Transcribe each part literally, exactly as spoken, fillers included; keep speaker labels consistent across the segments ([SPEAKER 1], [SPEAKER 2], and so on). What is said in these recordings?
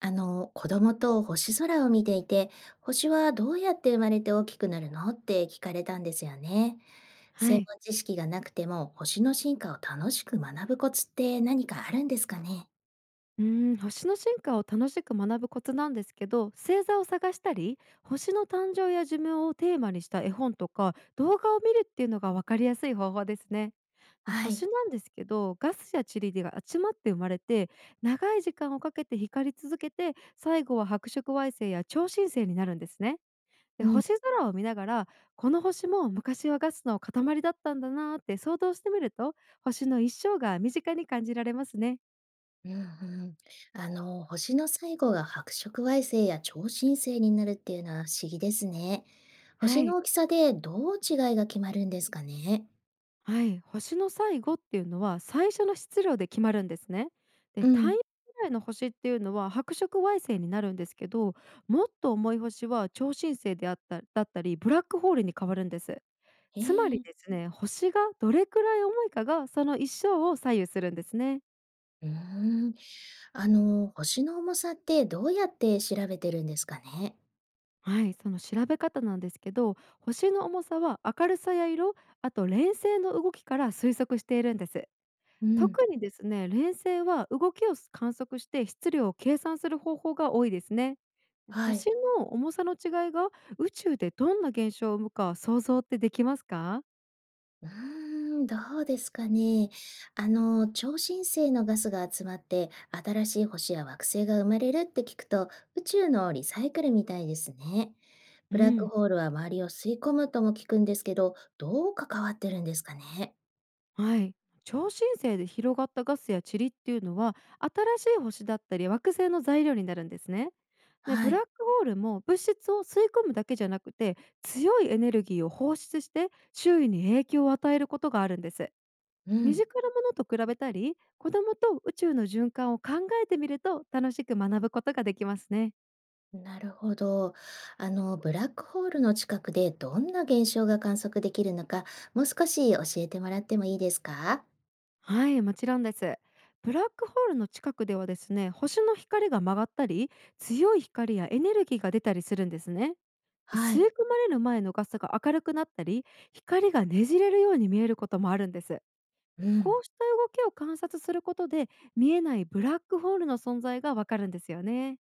[SPEAKER 1] あの、子供と星空を見ていて、星はどうやって生まれて大きくなるのって聞かれたんですよね。
[SPEAKER 2] は
[SPEAKER 1] 専
[SPEAKER 2] い。
[SPEAKER 1] 門知識がなくても星の進化を楽しく学ぶコツって何かあるんですかね。
[SPEAKER 2] うーん、星の進化を楽しく学ぶコツなんですけど、星座を探したり、星の誕生や寿命をテーマにした絵本とか動画を見るっていうのが分かりやすい方法ですね。で
[SPEAKER 1] はい。
[SPEAKER 2] 星なんですけど、ガスや塵が集まって生まれて、長い時間をかけて光り続けて、最後は白色矮星や超新星になるんですね。で
[SPEAKER 1] うん。
[SPEAKER 2] 星空を見ながらこの星も昔はガスの塊だったんだなーって想像してみると星の一生が身近に感じられますね。
[SPEAKER 1] うんうん、あの星の最後が白色矮星や超新星になるっていうのは不思議ですね。
[SPEAKER 2] は
[SPEAKER 1] 星の
[SPEAKER 2] い
[SPEAKER 1] 大きさでどう違いが決まるんですかね。
[SPEAKER 2] はい、星の最後っていうのは最初の質量で決まるんですね。で
[SPEAKER 1] う
[SPEAKER 2] 太
[SPEAKER 1] ん。
[SPEAKER 2] 陽ぐらいの星っていうのは白色矮星になるんですけど、もっと重い星は超新星であっただったりブラックホールに変わるんです。
[SPEAKER 1] え
[SPEAKER 2] つまり
[SPEAKER 1] え。
[SPEAKER 2] ですね、星がどれくらい重いかがその一生を左右するんですね。
[SPEAKER 1] うーん。あの、星の重さってどうやって調べてるんですかね。
[SPEAKER 2] はい、その調べ方なんですけど、星の重さは明るさや色、あと連星の動きから推測しているんです。
[SPEAKER 1] うん。
[SPEAKER 2] 特にですね、連星は動きを観測して質量を計算する方法が多いですね。
[SPEAKER 1] はい。
[SPEAKER 2] 星の重さの違いが宇宙でどんな現象を生むか想像ってできますか？
[SPEAKER 1] うーん、どうですかね。あの、超新星のガスが集まって新しい星や惑星が生まれるって聞くと宇宙のリサイクルみたいですね。
[SPEAKER 2] う
[SPEAKER 1] ブラック
[SPEAKER 2] ん、
[SPEAKER 1] ホールは周りを吸い込むとも聞くんですけど、どう関わってるんですかね。
[SPEAKER 2] はい。超新星で広がったガスや塵っていうのは新しい星だったり惑星の材料になるんですね。で
[SPEAKER 1] は
[SPEAKER 2] ブラ
[SPEAKER 1] い。
[SPEAKER 2] ックホールも物質を吸い込むだけじゃなくて、強いエネルギーを放出して周囲に影響を与えることがあるんです。
[SPEAKER 1] う
[SPEAKER 2] 身
[SPEAKER 1] ん。
[SPEAKER 2] 近なものと比べたり、子供と宇宙の循環を考えてみると楽しく学ぶことができますね。
[SPEAKER 1] なるほど。あの、ブラックホールの近くでどんな現象が観測できるのか、もう少し教えてもらってもいいですか。
[SPEAKER 2] はい、もちろんです。ブラックホールの近くではですね、星の光が曲がったり、強い光やエネルギーが出たりするんですね。
[SPEAKER 1] は
[SPEAKER 2] 吸い
[SPEAKER 1] い。
[SPEAKER 2] 込まれる前のガスが明るくなったり、光がねじれるように見えることもあるんです。
[SPEAKER 1] うん。
[SPEAKER 2] こうした動きを観察することで、見えないブラックホールの存在がわかるんですよね。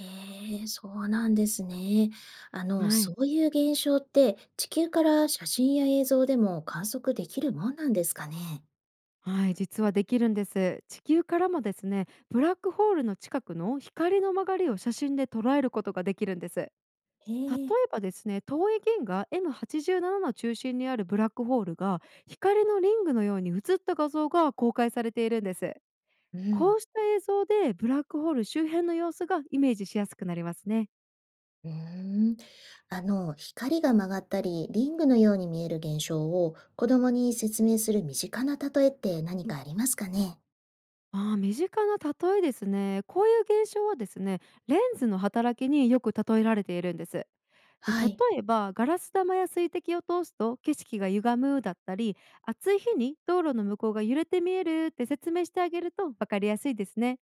[SPEAKER 1] へえ、そうなんですね。あの、
[SPEAKER 2] はい
[SPEAKER 1] そういう現象って地球から写真や映像でも観測できるもんなんですかね。
[SPEAKER 2] はい、実はできるんです。地球からもですね、ブラックホールの近くの光の曲がりを写真で捉えることができるんです。例
[SPEAKER 1] へえ。
[SPEAKER 2] えばですね、遠い銀河 エムはちじゅうなな の中心にあるブラックホールが光のリングのように映った画像が公開されているんです。
[SPEAKER 1] う
[SPEAKER 2] こ
[SPEAKER 1] ん。
[SPEAKER 2] うした映像でブラックホール周辺の様子がイメージしやすくなりますね。
[SPEAKER 1] うーん。あの、光が曲がったり、リングのように見える現象を子供に説明する身近な例えって何かありますかね。
[SPEAKER 2] ああ、身近な例えですね。こういう現象はですね、レンズの働きによく例えられているんです。で
[SPEAKER 1] はい。
[SPEAKER 2] 例えばガラス玉や水滴を通すと景色が歪むだったり、暑い日に道路の向こうが揺れて見えるって説明してあげると分かりやすいですね。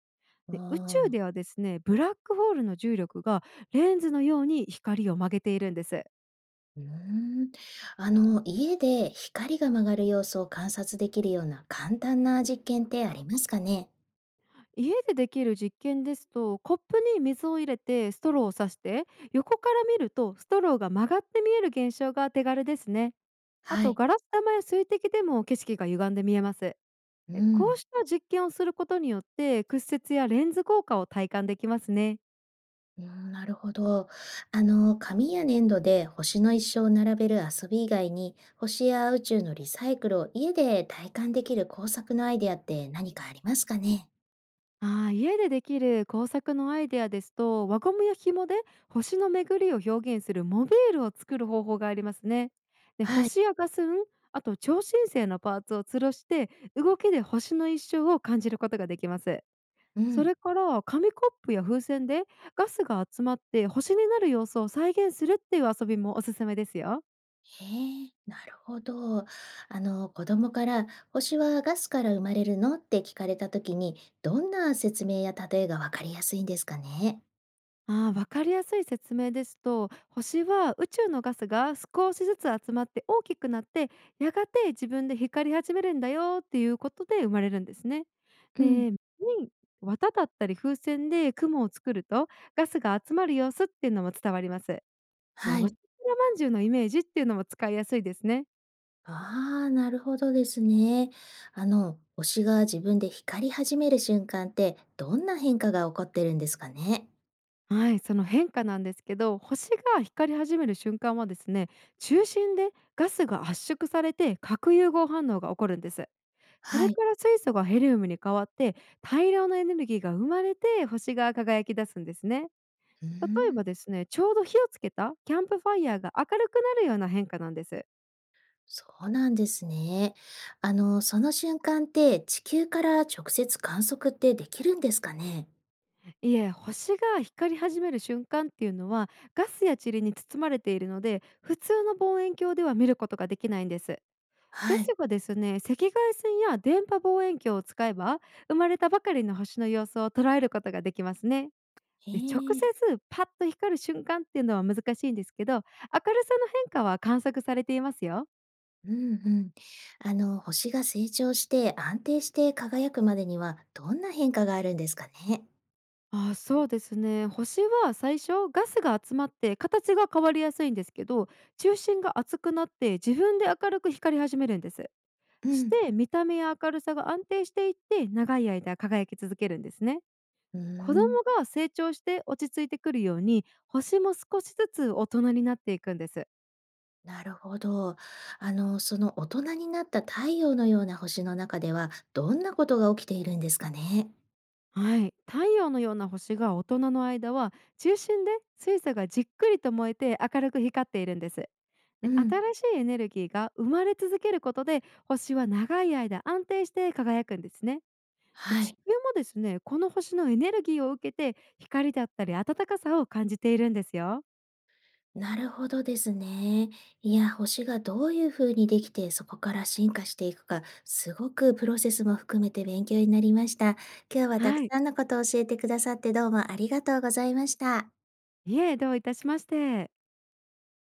[SPEAKER 2] で宇
[SPEAKER 1] あ
[SPEAKER 2] 宙
[SPEAKER 1] あ、
[SPEAKER 2] ではですねブラックホールの重力がレンズのように光を曲げているんです。
[SPEAKER 1] うーん。あの、家で光が曲がる様子を観察できるような簡単な実験ってありますかね。
[SPEAKER 2] 家でできる実験ですと、コップに水を入れてストローを刺して横から見るとストローが曲がって見える現象が手軽ですね。あ
[SPEAKER 1] は
[SPEAKER 2] と
[SPEAKER 1] い。
[SPEAKER 2] ガラス玉や水滴でも景色が歪んで見えます。
[SPEAKER 1] う
[SPEAKER 2] え、こう
[SPEAKER 1] ん。
[SPEAKER 2] した実験をすることによって屈折やレンズ効果を体感できますね。
[SPEAKER 1] うん、なるほど。あの、紙や粘土で星の一生を並べる遊び以外に、星や宇宙のリサイクルを家で体感できる工作のアイデアって何かありますかね。
[SPEAKER 2] ああ、家でできる工作のアイデアですと、輪ゴムや紐で星の巡りを表現するモビールを作る方法がありますね。で
[SPEAKER 1] はい。
[SPEAKER 2] 星やガスン、あと超新星のパーツを吊るして動きで星の一生を感じることができます。
[SPEAKER 1] う
[SPEAKER 2] そ
[SPEAKER 1] ん。
[SPEAKER 2] れから紙コップや風船でガスが集まって星になる様子を再現するっていう遊びもおすすめですよ。
[SPEAKER 1] へえ、なるほど。あの、子供から、星はガスから生まれるのって聞かれたときに、どんな説明や例えがわかりやすいんですかね。
[SPEAKER 2] ああ、分かりやすい説明ですと、星は宇宙のガスが少しずつ集まって大きくなって、やがて自分で光り始めるんだよっていうことで生まれるんですね。
[SPEAKER 1] うん、
[SPEAKER 2] で、に綿だったり風船で雲を作るとガスが集まる様子っていうのも伝わります。
[SPEAKER 1] は
[SPEAKER 2] 星
[SPEAKER 1] い。
[SPEAKER 2] 空まんじゅうのイメージっていうのも使いやすいですね。
[SPEAKER 1] ああ、なるほどですね。あの、星が自分で光り始める瞬間って、どんな変化が起こってるんですかね。
[SPEAKER 2] はい、その変化なんですけど、星が光り始める瞬間はですね、中心でガスが圧縮されて核融合反応が起こるんです。そ
[SPEAKER 1] は
[SPEAKER 2] れ
[SPEAKER 1] い。
[SPEAKER 2] から水素がヘリウムに変わって大量のエネルギーが生まれて星が輝き出すんですね。
[SPEAKER 1] うー
[SPEAKER 2] 例え
[SPEAKER 1] ん、
[SPEAKER 2] ばですねちょうど火をつけたキャンプファイヤーが明るくなるような変化なんです。
[SPEAKER 1] そうなんですね。あの、その瞬間って、地球から直接観測ってできるんですかね。
[SPEAKER 2] いえ、星が光り始める瞬間っていうのはガスや塵に包まれているので普通の望遠鏡では見ることができないんです。で
[SPEAKER 1] は
[SPEAKER 2] す
[SPEAKER 1] い。
[SPEAKER 2] がですね、赤外線や電波望遠鏡を使えば生まれたばかりの星の様子を捉えることができますね。
[SPEAKER 1] へ
[SPEAKER 2] で、直接
[SPEAKER 1] え。
[SPEAKER 2] パッと光る瞬間っていうのは難しいんですけど、明るさの変化は観測されていますよ。
[SPEAKER 1] うんうん。あの、星が成長して安定して輝くまでにはどんな変化があるんですかね。
[SPEAKER 2] あ、そうですね、星は最初ガスが集まって形が変わりやすいんですけど、中心が熱くなって自分で明るく光り始めるんです。
[SPEAKER 1] う
[SPEAKER 2] そし
[SPEAKER 1] ん、
[SPEAKER 2] て見た目や明るさが安定していって長い間輝き続けるんですね。
[SPEAKER 1] うー
[SPEAKER 2] 子供
[SPEAKER 1] ん、
[SPEAKER 2] が成長して落ち着いてくるように星も少しずつ大人になっていくんです。
[SPEAKER 1] なるほど。あの、その大人になった太陽のような星の中ではどんなことが起きているんですかね。
[SPEAKER 2] はい、太陽のような星が大人の間は中心で水素がじっくりと燃えて明るく光っているんです。で
[SPEAKER 1] うん、
[SPEAKER 2] 新しいエネルギーが生まれ続けることで星は長い間安定して輝くんですね。で
[SPEAKER 1] は
[SPEAKER 2] 地球
[SPEAKER 1] い。
[SPEAKER 2] もですねこの星のエネルギーを受けて光だったり暖かさを感じているんですよ。
[SPEAKER 1] なるほどですね。いや、星がどういうふうにできてそこから進化していくか、すごくプロセスも含めて勉強になりました。今日はたく
[SPEAKER 2] はい、
[SPEAKER 1] さんのことを教えてくださってどうもありがとうございました。
[SPEAKER 2] いえ、どういたしまして。